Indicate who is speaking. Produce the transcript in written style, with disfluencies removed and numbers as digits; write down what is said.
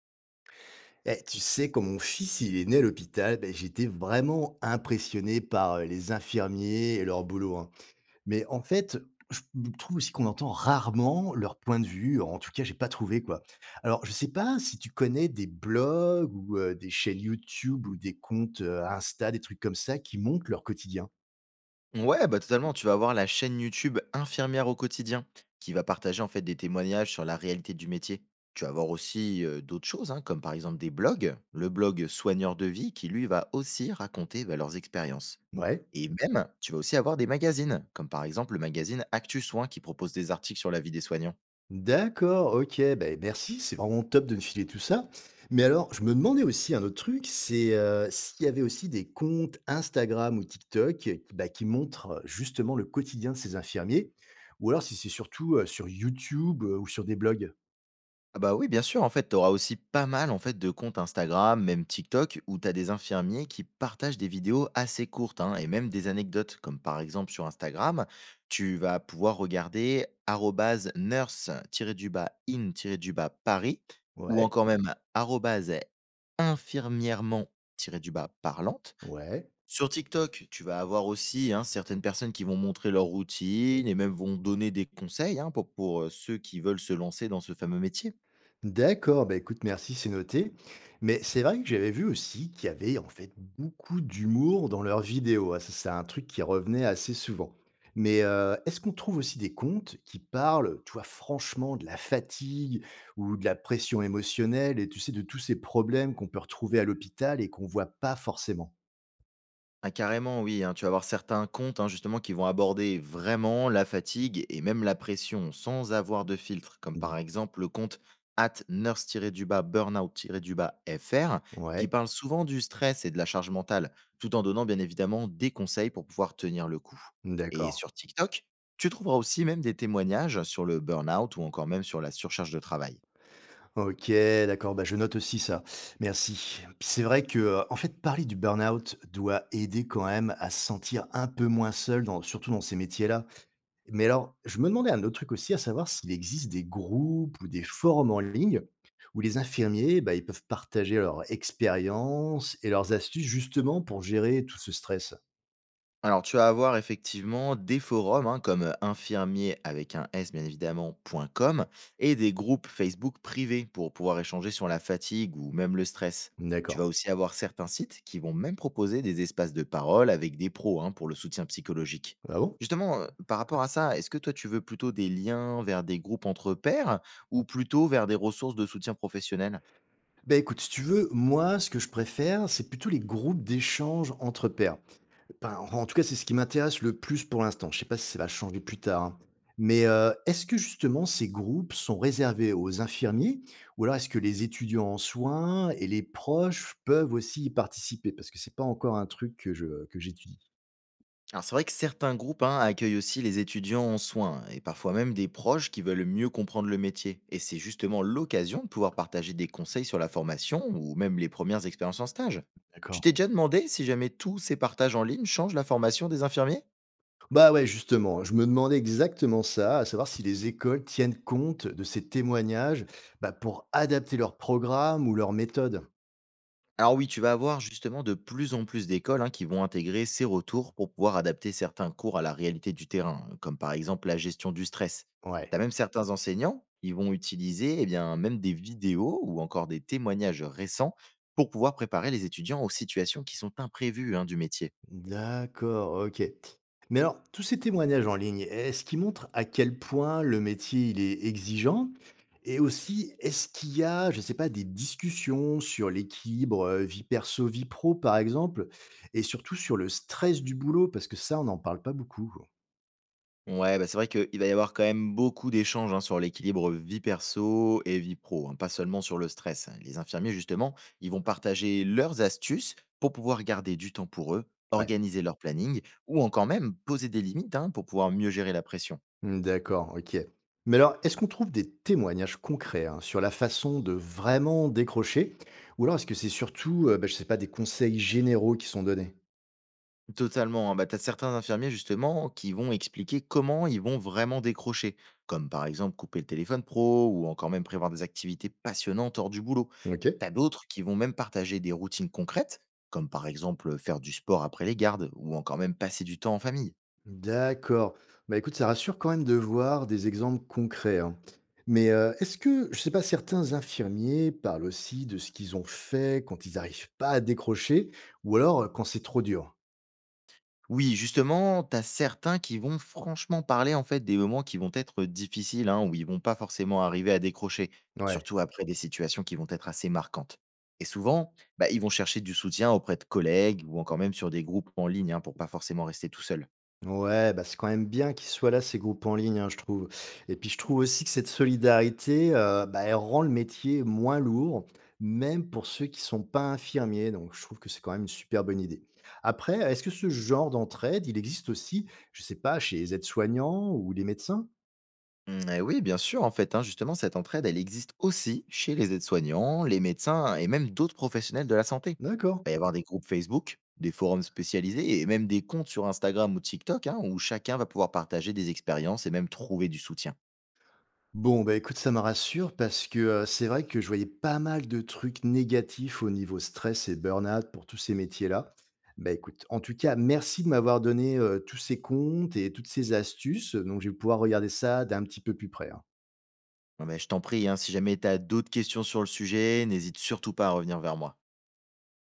Speaker 1: Eh, tu sais, quand mon fils il est né à l'hôpital, ben, j'étais vraiment impressionné par les infirmiers et leur boulot, hein. Mais en fait, je trouve aussi qu'on entend rarement leur point de vue. En tout cas, j'ai pas trouvé quoi. Alors, je sais pas si tu connais des blogs ou des chaînes YouTube ou des comptes Insta, des trucs comme ça qui montrent leur quotidien.
Speaker 2: Ouais, bah totalement. Tu vas avoir la chaîne YouTube Infirmière au quotidien qui va partager en fait des témoignages sur la réalité du métier. Tu vas avoir aussi d'autres choses, hein, comme par exemple des blogs, le blog Soigneur de vie qui lui va aussi raconter bah, leurs expériences.
Speaker 1: Ouais.
Speaker 2: Et même, tu vas aussi avoir des magazines, comme par exemple le magazine Actu Soin qui propose des articles sur la vie des soignants.
Speaker 1: D'accord, OK, ben merci, c'est vraiment top de me filer tout ça. Mais alors, je me demandais aussi un autre truc, c'est, s'il y avait aussi des comptes Instagram ou TikTok, bah, qui montrent justement le quotidien de ces infirmiers? Ou alors si c'est surtout, sur YouTube, ou sur des blogs?
Speaker 2: Ah bah oui, bien sûr, en fait, tu auras aussi pas mal en fait, de comptes Instagram, même TikTok, où tu as des infirmiers qui partagent des vidéos assez courtes hein, et même des anecdotes, comme par exemple sur Instagram, tu vas pouvoir regarder @nurse-in-paris ou
Speaker 1: Ouais,
Speaker 2: encore même @infirmièrement-parlante.
Speaker 1: ouais.
Speaker 2: Sur TikTok, tu vas avoir aussi hein, certaines personnes qui vont montrer leur routine et même vont donner des conseils hein, pour ceux qui veulent se lancer dans ce fameux métier.
Speaker 1: D'accord, bah écoute, merci, c'est noté. Mais c'est vrai que j'avais vu aussi qu'il y avait en fait beaucoup d'humour dans leurs vidéos. Ah, ça, c'est un truc qui revenait assez souvent. Mais est-ce qu'on trouve aussi des comptes qui parlent, tu vois, franchement, de la fatigue ou de la pression émotionnelle et tu sais, de tous ces problèmes qu'on peut retrouver à l'hôpital et qu'on voit pas forcément?
Speaker 2: Ah carrément oui, hein, tu vas avoir certains comptes, hein, justement, qui vont aborder vraiment la fatigue et même la pression sans avoir de filtre, comme
Speaker 1: Mm.
Speaker 2: par exemple le compte at nurse-du-bas burnout-du-bas fr,
Speaker 1: Ouais,
Speaker 2: qui parle souvent du stress et de la charge mentale, tout en donnant bien évidemment des conseils pour pouvoir tenir le coup. Et
Speaker 1: d'accord.
Speaker 2: sur TikTok, tu trouveras aussi même des témoignages sur le burnout ou encore même sur la surcharge de travail.
Speaker 1: OK, d'accord, bah, je note aussi ça. Merci. Puis c'est vrai que, en fait, parler du burn-out doit aider quand même à se sentir un peu moins seul dans surtout dans ces métiers-là. Mais alors, je me demandais un autre truc aussi, à savoir s'il existe des groupes ou des forums en ligne où les infirmiers, bah, ils peuvent partager leur expérience et leurs astuces justement pour gérer tout ce stress?
Speaker 2: Alors, tu vas avoir effectivement des forums hein, comme infirmier avec un S, bien évidemment, point .com et des groupes Facebook privés pour pouvoir échanger sur la fatigue ou même le stress. Tu
Speaker 1: D'accord.
Speaker 2: vas aussi avoir certains sites qui vont même proposer des espaces de parole avec des pros hein, pour le soutien psychologique.
Speaker 1: Ah bon?
Speaker 2: Justement, par rapport à ça, est-ce que toi tu veux plutôt des liens vers des groupes entre pairs ou plutôt vers des ressources de soutien professionnel?
Speaker 1: Bah, écoute, si tu veux, moi, ce que je préfère, c'est plutôt les groupes d'échange entre pairs. Enfin, en en tout cas, c'est ce qui m'intéresse le plus pour l'instant. Je sais pas si ça va changer plus tard, hein. Mais, est-ce que justement ces groupes sont réservés aux infirmiers ou alors est-ce que les étudiants en soins et les proches peuvent aussi y participer? Parce que c'est pas encore un truc que j'étudie.
Speaker 2: Alors c'est vrai que certains groupes hein, accueillent aussi les étudiants en soins et parfois même des proches qui veulent mieux comprendre le métier. Et c'est justement l'occasion de pouvoir partager des conseils sur la formation ou même les premières expériences en stage. Tu
Speaker 1: D'accord.
Speaker 2: t'es déjà demandé si jamais tous ces partages en ligne changent la formation des infirmiers.
Speaker 1: Bah, ouais, justement, je me demandais exactement ça, à savoir si les écoles tiennent compte de ces témoignages, bah, pour adapter leur programme ou leur méthode.
Speaker 2: Alors oui, tu vas avoir justement de plus en plus d'écoles hein, qui vont intégrer ces retours pour pouvoir adapter certains cours à la réalité du terrain, hein, comme par exemple la gestion du stress.
Speaker 1: Ouais.
Speaker 2: Tu as même certains enseignants qui vont utiliser eh bien, même des vidéos ou encore des témoignages récents pour pouvoir préparer les étudiants aux situations qui sont imprévues hein, du métier.
Speaker 1: D'accord, OK. Mais alors, tous ces témoignages en ligne, est-ce qu'ils montrent à quel point le métier, il est exigeant? Et aussi, est-ce qu'il y a, je ne sais pas, des discussions sur l'équilibre, vie perso, vie pro, par exemple? Et surtout sur le stress du boulot? Parce que ça, on n'en parle pas beaucoup.
Speaker 2: Ouais, bah, c'est vrai qu'il va y avoir quand même beaucoup d'échanges hein, sur l'équilibre vie perso et vie pro, hein, pas seulement sur le stress. Hein. Les infirmiers, justement, ils vont partager leurs astuces pour pouvoir garder du temps pour eux,
Speaker 1: Ouais.
Speaker 2: organiser leur planning ou encore même poser des limites hein, pour pouvoir mieux gérer la pression.
Speaker 1: Mmh, d'accord, OK. Mais alors, est-ce qu'on trouve des témoignages concrets, hein, sur la façon de vraiment décrocher? Ou alors est-ce que c'est surtout, bah, je ne sais pas, des conseils généraux qui sont donnés?
Speaker 2: Totalement, hein. Bah, tu as certains infirmiers justement qui vont expliquer comment ils vont vraiment décrocher, comme par exemple couper le téléphone pro ou encore même prévoir des activités passionnantes hors du boulot.
Speaker 1: OK.
Speaker 2: Tu as d'autres qui vont même partager des routines concrètes, comme par exemple faire du sport après les gardes ou encore même passer du temps en famille.
Speaker 1: D'accord. Bah, écoute, ça rassure quand même de voir des exemples concrets, hein. Mais, est-ce que, je sais pas, certains infirmiers parlent aussi de ce qu'ils ont fait quand ils n'arrivent pas à décrocher ou alors, quand c'est trop dur?
Speaker 2: Oui, justement, t'as certains qui vont franchement parler en fait des moments qui vont être difficiles, hein, où ils vont pas forcément arriver à décrocher,
Speaker 1: Ouais.
Speaker 2: surtout après des situations qui vont être assez marquantes. Et souvent, bah, ils vont chercher du soutien auprès de collègues ou encore même sur des groupes en ligne hein, pour pas forcément rester tout seul.
Speaker 1: Ouais, bah, c'est quand même bien qu'ils soient là, ces groupes en ligne, hein, je trouve. Et puis je trouve aussi que cette solidarité, bah, elle rend le métier moins lourd, même pour ceux qui sont pas infirmiers. Donc je trouve que c'est quand même une super bonne idée. Après, est-ce que ce genre d'entraide, il existe aussi, je sais pas, chez les aides-soignants ou les médecins?
Speaker 2: Mm, eh oui, bien sûr, en fait, hein, justement, cette entraide, elle existe aussi chez les aides-soignants, les médecins et même d'autres professionnels de la santé.
Speaker 1: D'accord.
Speaker 2: Il va y avoir des groupes Facebook, des forums spécialisés et même des comptes sur Instagram ou TikTok hein, où chacun va pouvoir partager des expériences et même trouver du soutien.
Speaker 1: Bon, bah, écoute, ça me rassure parce que, c'est vrai que je voyais pas mal de trucs négatifs au niveau stress et burn-out pour tous ces métiers-là. Bah, écoute, en tout cas, merci de m'avoir donné, tous ces comptes et toutes ces astuces, donc je vais pouvoir regarder ça d'un petit peu plus près, hein.
Speaker 2: Ah ben, je t'en prie, hein, si jamais tu as d'autres questions sur le sujet, n'hésite surtout pas à revenir vers moi.